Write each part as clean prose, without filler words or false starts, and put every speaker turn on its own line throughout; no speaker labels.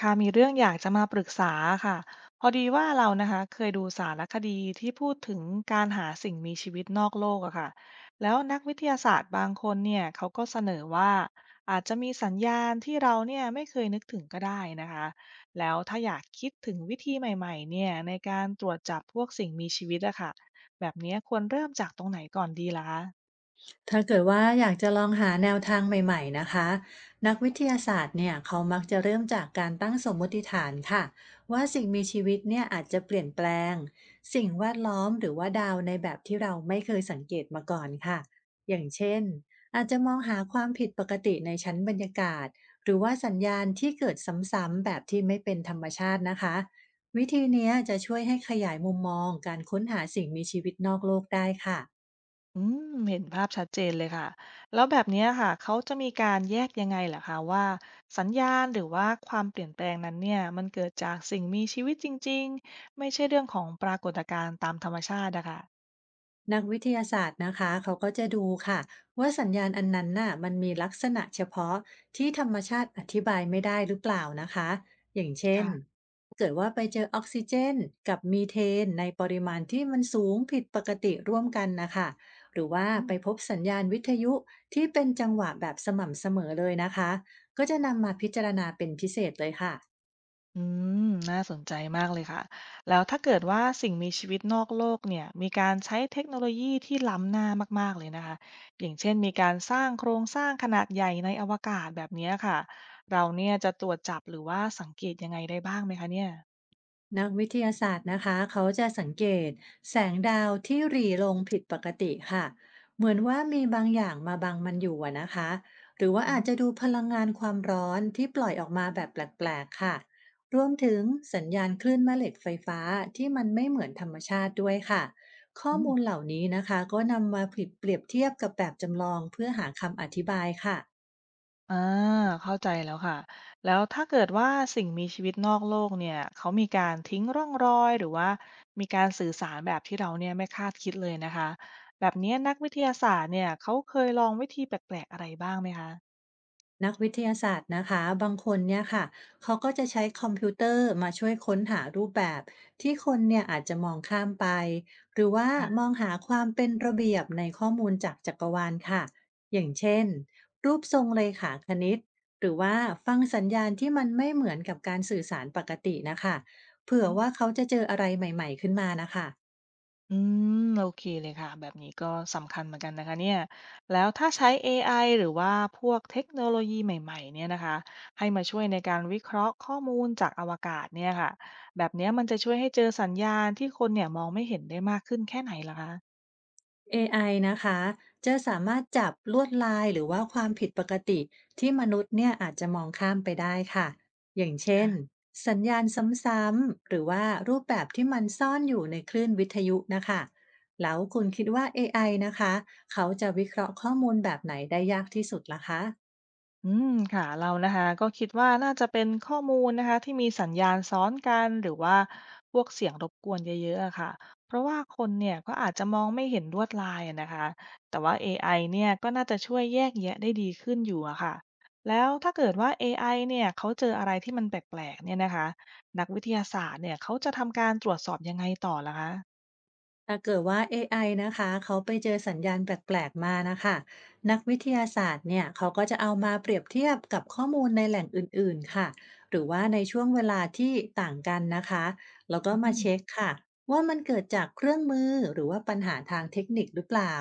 ค่ะมีเรื่องอยากจะมาปรึกษาค่ะพอดีว่าเรานะคะเคยดูสารคดีที่พูดถึงการหาสิ่งมีชีวิตนอกโลกอะค่ะแล้วนักวิทยาศาสตร์บางคนเนี่ยเขาก็เสนอว่าอาจจะมีสัญญาณที่เราเนี่ยไม่เคยนึกถึงก็ได้นะคะแล้วถ้าอยากคิดถึงวิธีใหม่ๆเนี่ยในการตรวจจับพวกสิ่งมีชีวิตอะค่ะแบบเนี้ยควรเริ่มจากตรงไหนก่อนดีล่ะคะ
ถ้าเกิดว่าอยากจะลองหาแนวทางใหม่ๆนะคะนักวิทยาศาสตร์เนี่ยเขามักจะเริ่มจากการตั้งสมมติฐานค่ะว่าสิ่งมีชีวิตเนี่ยอาจจะเปลี่ยนแปลงสิ่งแวดล้อมหรือว่าดาวในแบบที่เราไม่เคยสังเกตมาก่อนค่ะอย่างเช่นอาจจะมองหาความผิดปกติในชั้นบรรยากาศหรือว่าสัญญาณที่เกิดซ้ำๆแบบที่ไม่เป็นธรรมชาตินะคะวิธีเนี้ยจะช่วยให้ขยายมุมมองการค้นหาสิ่งมีชีวิตนอกโลกได้ค่ะ
อืมเห็นภาพชัดเจนเลยค่ะ แล้วแบบเนี้ยค่ะ เขาจะมีการแยกยังไงเหรอคะว่าสัญญาณหรือว่าความเปลี่ยนแปลงนั้นเนี่ยมันเกิดจากสิ่งมีชีวิตจริงๆไม่ใช่เรื่องของปรากฏการณ์ตามธรรมชาติอะค่ะ
นักวิทยาศาสตร์นะคะเขาก็จะดูค่ะว่าสัญญาณอันนั้นน่ะมันมีลักษณะเฉพาะที่ธรรมชาติอธิบายไม่ได้หรือเปล่านะคะอย่างเช่น
ค่ะ
เกิดว่าไปเจอออกซิเจนกับมีเทนในปริมาณที่มันสูงผิดปกติร่วมกันนะคะหรือว่าไปพบสัญญาณวิทยุที่เป็นจังหวะแบบสม่ำเสมอเลยนะคะก็จะนำมาพิจารณาเป็นพิเศษเลยค่ะ
อืมน่าสนใจมากเลยค่ะแล้วถ้าเกิดว่าสิ่งมีชีวิตนอกโลกเนี่ยมีการใช้เทคโนโลยีที่ล้ำหน้ามากๆเลยนะคะอย่างเช่นมีการสร้างโครงสร้างขนาดใหญ่ในอวกาศแบบเนี้ยค่ะเราเนี่ยจะตรวจจับหรือว่าสังเกตยังไงได้บ้างไหมคะเนี่ย
นักวิทยาศาสตร์นะคะเขาจะสังเกตแสงดาวที่หรี่ลงผิดปกติค่ะเหมือนว่ามีบางอย่างมาบังมันอยู่อะนะคะหรือว่า
อ๋
อาจจะ
อ
ดูพลังงานความร้อนที่ปล่อยออกมาแบบแปลกๆค่ะรวมถึงสัญญาณคลื่นแม่เหล็กไฟฟ้าที่มันไม่เหมือนธรรมชาติด้วยค่ะข้อ
อืม
มูลเหล่านี้นะคะก็นำมาผิดเปรียบเทียบกับแบบจำลองเพื่อหาคำอธิบายค่ะ
อาเข้าใจแล้วค่ะแล้วถ้าเกิดว่าสิ่งมีชีวิตนอกโลกเนี่ยเขามีการทิ้งร่องรอยหรือว่ามีการสื่อสารแบบที่เราเนี่ยไม่คาดคิดเลยนะคะแบบเนี้ยนักวิทยาศาสตร์เนี่ยเขาเคยลองวิธีแปลกๆอะไรบ้างไหมคะ
นักวิทยาศาสตร์นะคะบางคนเนี่ยค่ะเขาก็จะใช้คอมพิวเตอร์มาช่วยค้นหารูปแบบที่คนเนี่ยอาจจะมองข้ามไปหรือว่าม
ค่ะ
องหาความเป็นระเบียบในข้อมูลจากจักรวาลค่ะอย่างเช่นรูปทรงเลขาคณิตหรือว่าฟังสัญญาณที่มันไม่เหมือนกับการสื่อสารปกตินะคะเผื่อ
อื
ว่า
ม
เขาจะเจออะไรใหม่ๆขึ้นมานะคะ
อืมโอเคเลยค่ะแบบนี้ก็สำคัญเหมือนกันนะคะเนี่ยแล้วถ้าใช้ AI หรือว่าพวกเทคโนโลยีใหม่ๆเนี่ยนะคะให้มาช่วยในการวิเคราะห์ข้อมูลจากอวกาศเนี่ยค่ะแบบเนี้ยมันจะช่วยให้เจอสัญญาณที่คนเนี่ยมองไม่เห็นได้มากขึ้นแค่ไหนล่ะคะ
เอไอนะคะ จะสามารถจับลวดลายหรือว่าความผิดปกติที่มนุษย์เนี่ยอาจจะมองข้ามไปได้ค่ะ อย่างเช่นสัญญาณซ้ำๆหรือว่ารูปแบบที่มันซ่อนอยู่ในคลื่นวิทยุนะคะแล้วคุณคิดว่า AI นะคะ เขาจะวิเคราะห์ข้อมูลแบบไหนได้ยากที่สุดล่ะคะ
อืมค่ะเรานะคะก็คิดว่าน่าจะเป็นข้อมูลนะคะที่มีสัญญาณซ้อนกันหรือว่าพวกเสียงรบกวนเยอะๆอะค่ะเพราะว่าคนเนี่ยก็อาจจะมองไม่เห็นลวดลายอะนะคะแต่ว่า AI เนี่ยก็น่าจะช่วยแยกแยะได้ดีขึ้นอยู่อะค่ะแล้วถ้าเกิดว่า AI เนี่ยเขาเจออะไรที่มันแปลกๆเนี่ยนะคะนักวิทยาศาสตร์เนี่ยเขาจะทำการตรวจสอบยังไงต่อล่ะคะ
ถ้าเกิดว่า AI นะคะเขาไปเจอสัญญาณแปลกๆมานะคะนักวิทยาศาสตร์เนี่ยเขาก็จะเอามาเปรียบเทียบกับข้อมูลในแหล่งอื่นๆค่ะหรือว่าในช่วงเวลาที่ต่างกันนะคะแล้วก็มาเช็คค่ะว่ามันเกิดจากเครื่องมือหรือว่าปัญหาทางเทคนิคหรือเปล่า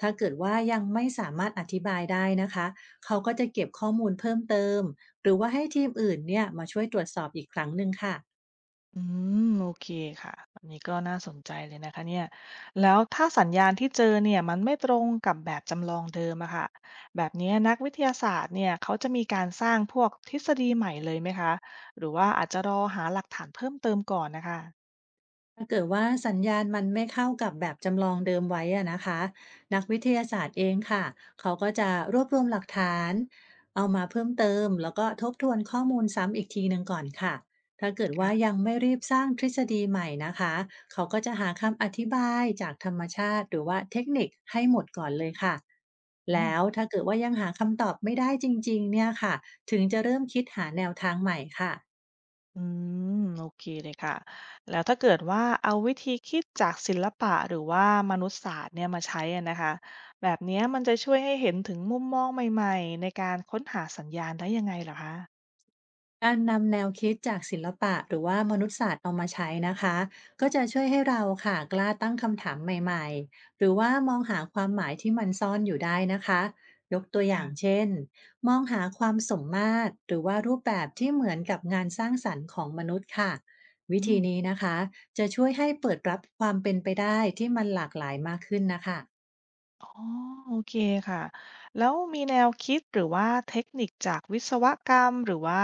ถ้าเกิดว่ายังไม่สามารถอธิบายได้นะคะเขาก็จะเก็บข้อมูลเพิ่มเติมหรือว่าให้ทีมอื่นเนี่ยมาช่วยตรวจสอบอีกครั้งหนึ่งค่ะ
อืมโอเคค่ะอันนี้ก็น่าสนใจเลยนะคะเนี่ยแล้วถ้าสัญญาณที่เจอเนี่ยมันไม่ตรงกับแบบจำลองเดิมอะค่ะแบบนี้นักวิทยาศาสตร์เนี่ยเขาจะมีการสร้างพวกทฤษฎีใหม่เลยไหมคะหรือว่าอาจจะรอหาหลักฐานเพิ่มเติมก่อนนะคะ
ถ้าเกิดว่าสัญญาณมันไม่เข้ากับแบบจำลองเดิมไว้อะนะคะนักวิทยาศาสตร์เองค่ะเขาก็จะรวบรวมหลักฐานเอามาเพิ่มเติมแล้วก็ทบทวนข้อมูลซ้ำอีกทีหนึ่งก่อนค่ะถ้าเกิดว่า
ค่ะ
ยังไม่รีบสร้างทฤษฎีใหม่นะคะเขาก็จะหาคำอธิบายจากธรรมชาติหรือว่าเทคนิคให้หมดก่อนเลยค่ะ
อืม
แล้วถ้าเกิดว่ายังหาคำตอบไม่ได้จริงๆเนี่ยค่ะถึงจะเริ่มคิดหาแนวทางใหม่ค่ะ
อืมโอเคเลยค่ะแล้วถ้าเกิดว่าเอาวิธีคิดจากศิลปะหรือว่ามนุษยศาสตร์เนี่ยมาใช้อะนะคะแบบเนี้ยมันจะช่วยให้เห็นถึงมุมมองใหม่ๆในการค้นหาสัญญาณได้ยังไงเหรอคะ
การนำแนวคิดจากศิลปะหรือว่ามนุษยศาสตร์เอามาใช้นะคะก็จะช่วยให้เราค่ะกล้าตั้งคำถามใหม่ๆหรือว่ามองหาความหมายที่มันซ่อนอยู่ได้นะคะยกตัวอย่าง
ค่ะ
เช่นมองหาความสมมาตรหรือว่ารูปแบบที่เหมือนกับงานสร้างสรรค์ของมนุษย์ค่ะวิ
อื
ธี
ม
นี้นะคะจะช่วยให้เปิดรับความเป็นไปได้ที่มันหลากหลายมากขึ้นนะคะ
อ๋อโอเคค่ะ แล้วมีแนวคิดหรือว่าเทคนิคจากวิศวกรรมหรือว่า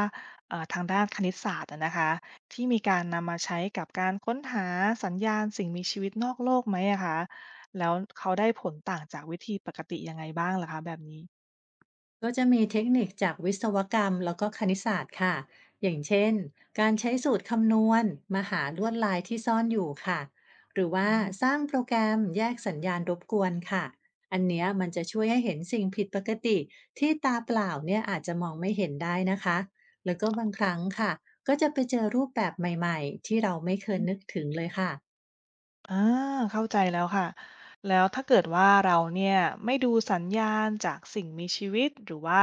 ทางด้านคณิตศาสตร์อะนะคะ ที่มีการนำมาใช้กับการค้นหาสัญญาณสิ่งมีชีวิตนอกโลกไหมอะคะ แล้วเขาได้ผลต่างจากวิธีปกติยังไงบ้างเหรอคะแบบนี้
ก็จะมีเทคนิคจากวิศวกรรมแล้วก็คณิตศาสตร์ค่ะอย่างเช่นการใช้สูตรคำนวณมาหาลวดลายที่ซ่อนอยู่ค่ะหรือ
อื
ว่า
ม
สร้างโปรแกรมแยกสัญญาณรบกวนค่ะอันเนี้ยมันจะช่วยให้เห็นสิ่งผิดปกติที่ตาเปล่าเนี่ยอาจจะมองไม่เห็นได้นะคะแล้วก็บางครั้งค่ะก็จะไปเจอรูปแบบใหม่ๆที่เราไม่เคยนึกถึงเลยค่ะ
อาเข้าใจแล้วค่ะแล้วถ้าเกิดว่าเราเนี่ยไม่ดูสัญญาณจากสิ่งมีชีวิตหรือว่า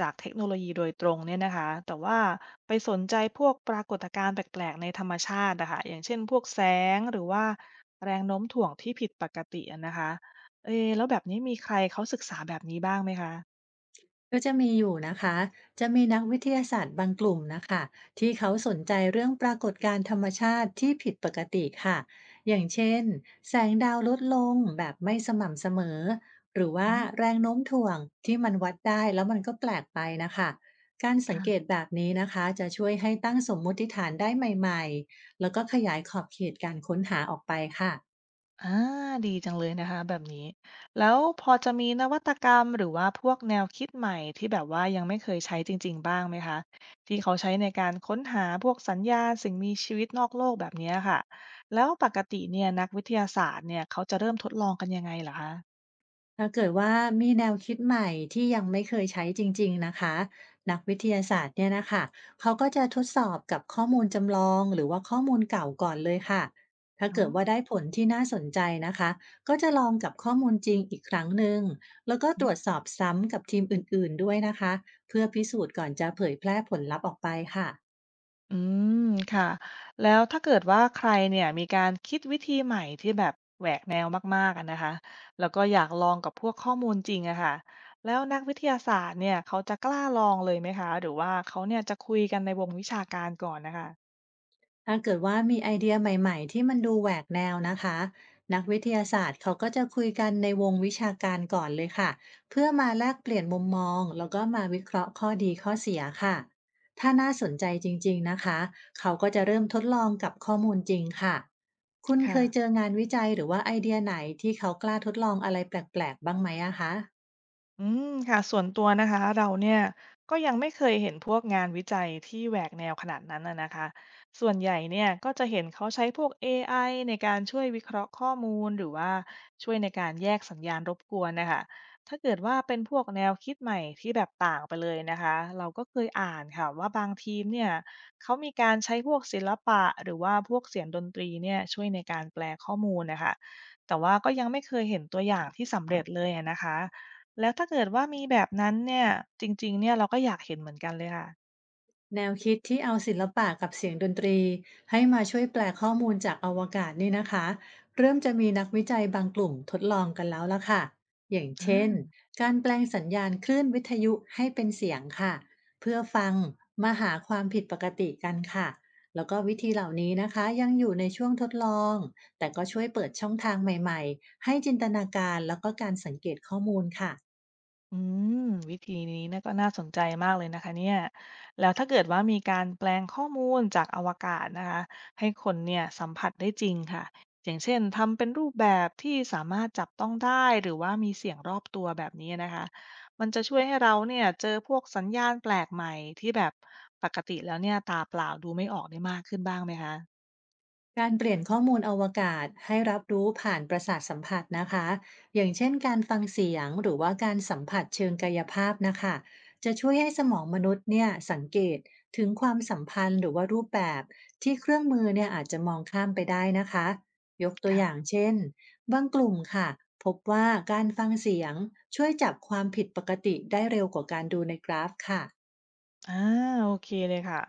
จากเทคโนโลยีโดยตรงเนี่ยนะคะแต่ว่าไปสนใจพวกปรากฏการณ์แปลกๆในธรรมชาติอะค่ะอย่างเช่นพวกแสงหรือว่าแรงโน้มถ่วงที่ผิดปกติอะนะคะเอ๊แล้วแบบนี้มีใครเขาศึกษาแบบนี้บ้างไหมคะ
ก็จะมีอยู่นะคะจะมีนักวิทยาศาสตร์บางกลุ่มนะคะที่เขาสนใจเรื่องปรากฏการณ์ธรรมชาติที่ผิดปกติค่ะอย่างเช่นแสงดาวลดลงแบบไม่สม่ำเสมอ หรือ
อื
ว่า
ม
แรงโน้มถ่วงที่มันวัดได้แล้วมันก็แปลกไปนะคะการสังเกต
ค่ะ
แบบนี้นะคะจะช่วยให้ตั้งสมมติฐานได้ใหม่ๆ แล้วก็ขยายขอบเขตการค้นหาออกไปค่ะ
อาดีจังเลยนะคะแบบนี้แล้วพอจะมีนวัตกรรมหรือว่าพวกแนวคิดใหม่ที่แบบว่ายังไม่เคยใช้จริงๆบ้างไหมคะที่เขาใช้ในการค้นหาพวกสัญญาณสิ่งมีชีวิตนอกโลกแบบเนี้ยค่ะแล้วปกติเนี่ยนักวิทยาศาสตร์เนี่ยเขาจะเริ่มทดลองกันยังไงเหรอคะ
ถ้าเกิดว่ามีแนวคิดใหม่ที่ยังไม่เคยใช้จริงๆนะคะนักวิทยาศาสตร์เนี่ยนะคะเขาก็จะทดสอบกับข้อมูลจำลองหรือว่าข้อมูลเก่าก่อนเลยค่ะถ้า
อ๋อ
เกิดว่าได้ผลที่น่าสนใจนะคะก็จะลองกับข้อมูลจริงอีกครั้งหนึ่งแล้วก็ตรวจสอบซ้ำกับทีมอื่นๆด้วยนะคะเพื่อพิสูจน์ก่อนจะเผยแพร่ผลลัพธ์ออกไปค่ะ
อืมค่ะแล้วถ้าเกิดว่าใครเนี่ยมีการคิดวิธีใหม่ที่แบบแหวกแนวมากๆอะนะคะแล้วก็อยากลองกับพวกข้อมูลจริงอะค่ะแล้วนักวิทยาศาสตร์เนี่ยเขาจะกล้าลองเลยไหมคะหรือว่าเขาเนี่ยจะคุยกันในวงวิชาการก่อนนะคะ
ถ้าเกิดว่ามีไอเดียใหม่ๆที่มันดูแหวกแนวนะคะนักวิทยาศาสตร์เขาก็จะคุยกันในวงวิชาการก่อนเลยค่ะเพื่อมาแลกเปลี่ยนมุมมองแล้วก็มาวิเคราะห์ข้อดีข้อเสียค่ะถ้าน่าสนใจจริงๆนะคะเขาก็จะเริ่มทดลองกับข้อมูลจริงค่ะคุณเค
ค่ะ
ยเจองานวิจัยหรือว่าไอเดียไหนที่เขากล้าทดลองอะไรแปลกๆบ้างไหมอะคะ
อืมค่ะส่วนตัวนะคะเราเนี่ยก็ยังไม่เคยเห็นพวกงานวิจัยที่แหวกแนวขนาดนั้นนะนะคะส่วนใหญ่เนี่ยก็จะเห็นเขาใช้พวกเอไอในการช่วยวิเคราะห์ข้อมูลหรือว่าช่วยในการแยกสัญญาณรบกวนนะคะถ้าเกิดว่าเป็นพวกแนวคิดใหม่ที่แบบต่างไปเลยนะคะเราก็เคยอ่านค่ะว่าบางทีมเนี่ยเขามีการใช้พวกศิลปะหรือว่าพวกเสียงดนตรีเนี่ยช่วยในการแปลข้อมูลนะคะแต่ว่าก็ยังไม่เคยเห็นตัวอย่างที่สำเร็จเลยอะนะคะ แล้วถ้าเกิดว่ามีแบบนั้นเนี่ยจริงๆเนี่ยเราก็อยากเห็นเหมือนกันเลยค่ะ
แนวคิดที่เอาศิลปะกับเสียงดนตรีให้มาช่วยแปลข้อมูลจากอวกาศนี่นะคะเริ่มจะมีนักวิจัยบางกลุ่มทดลองกันแล้วละค่ะอย่างเช่น
อา
การแปลงสัญญาณคลื่นวิทยุให้เป็นเสียงค่ะเพื่อฟังมาหาความผิดปกติกันค่ะแล้วก็วิธีเหล่านี้นะคะยังอยู่ในช่วงทดลองแต่ก็ช่วยเปิดช่องทางใหม่ๆให้จินตนาการแล้วก็การสังเกตข้อมูลค่ะ
อืมวิธีนี้เนี่ยก็น่าสนใจมากเลยนะคะเนี่ยแล้วถ้าเกิดว่ามีการแปลงข้อมูลจากอวกาศนะคะให้คนเนี่ยสัมผัสได้จริงค่ะอย่างเช่นทำเป็นรูปแบบที่สามารถจับต้องได้หรือว่ามีเสียงรอบตัวแบบนี้นะคะมันจะช่วยให้เราเนี่ยเจอพวกสัญญาณแปลกใหม่ที่แบบปกติแล้วเนี่ยตาเปล่าดูไม่ออกได้มากขึ้นบ้างไหมคะ
การเปลี่ยนข้อมูลอวกาศให้รับรู้ผ่านประสาทสัมผัสนะคะอย่างเช่นการฟังเสียงหรือว่าการสัมผัสเชิงกายภาพนะคะจะช่วยให้สมองมนุษย์เนี่ยสังเกตถึงความสัมพันธ์หรือว่ารูปแบบที่เครื่องมือเนี่ยอาจจะมองข้ามไปได้นะคะยกตัวอย่าง
ค่ะ
เช่นบางกลุ่มค่ะพบว่าการฟังเสียงช่วยจับความผิดปกติได้เร็วกว่าการดูในกราฟค่ะ
อาโอเคเลยค่ะ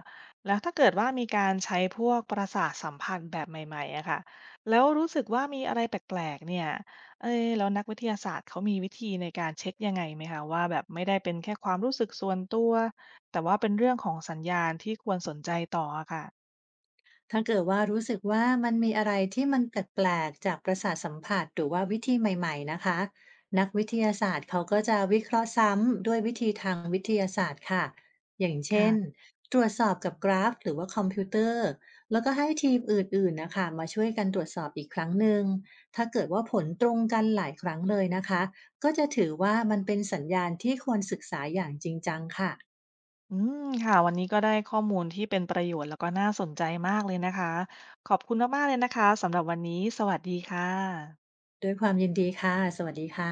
แล้วถ้าเกิดว่ามีการใช้พวกประสาทสัมผัสแบบใหม่ๆอะค่ะแล้วรู้สึกว่ามีอะไรแปลกๆเนี่ยเอ๊แล้วนักวิทยาศาสตร์เขามีวิธีในการเช็คยังไงไหมคะว่าแบบไม่ได้เป็นแค่ความรู้สึกส่วนตัวแต่ว่าเป็นเรื่องของสัญญาณที่ควรสนใจต่ออะค่ะ
ถ้าเกิดว่ารู้สึกว่ามันมีอะไรที่มันแปลกๆจากประสาทสัมผัสหรือว่าวิธีใหม่ๆนะคะนักวิทยาศาสตร์เขาก็จะวิเคราะห์ซ้ำด้วยวิธีทางวิทยาศาสตร์ค่ะอย่างเช่น
ค่ะ
ตรวจสอบกับกราฟหรือว่าคอมพิวเตอร์แล้วก็ให้ทีมอื่นๆนะค่ะมาช่วยกันตรวจสอบอีกครั้งหนึ่งถ้าเกิดว่าผลตรงกันหลายครั้งเลยนะคะก็จะถือว่ามันเป็นสัญญาณที่ควรศึกษาอย่างจริงจังค่ะ
อืมค่ะวันนี้ก็ได้ข้อมูลที่เป็นประโยชน์แล้วก็น่าสนใจมากเลยนะคะขอบคุณมากๆเลยนะคะสำหรับวันนี้สวัสดีค่ะ
ด้วยความยินดีค่ะสวัสดีค่ะ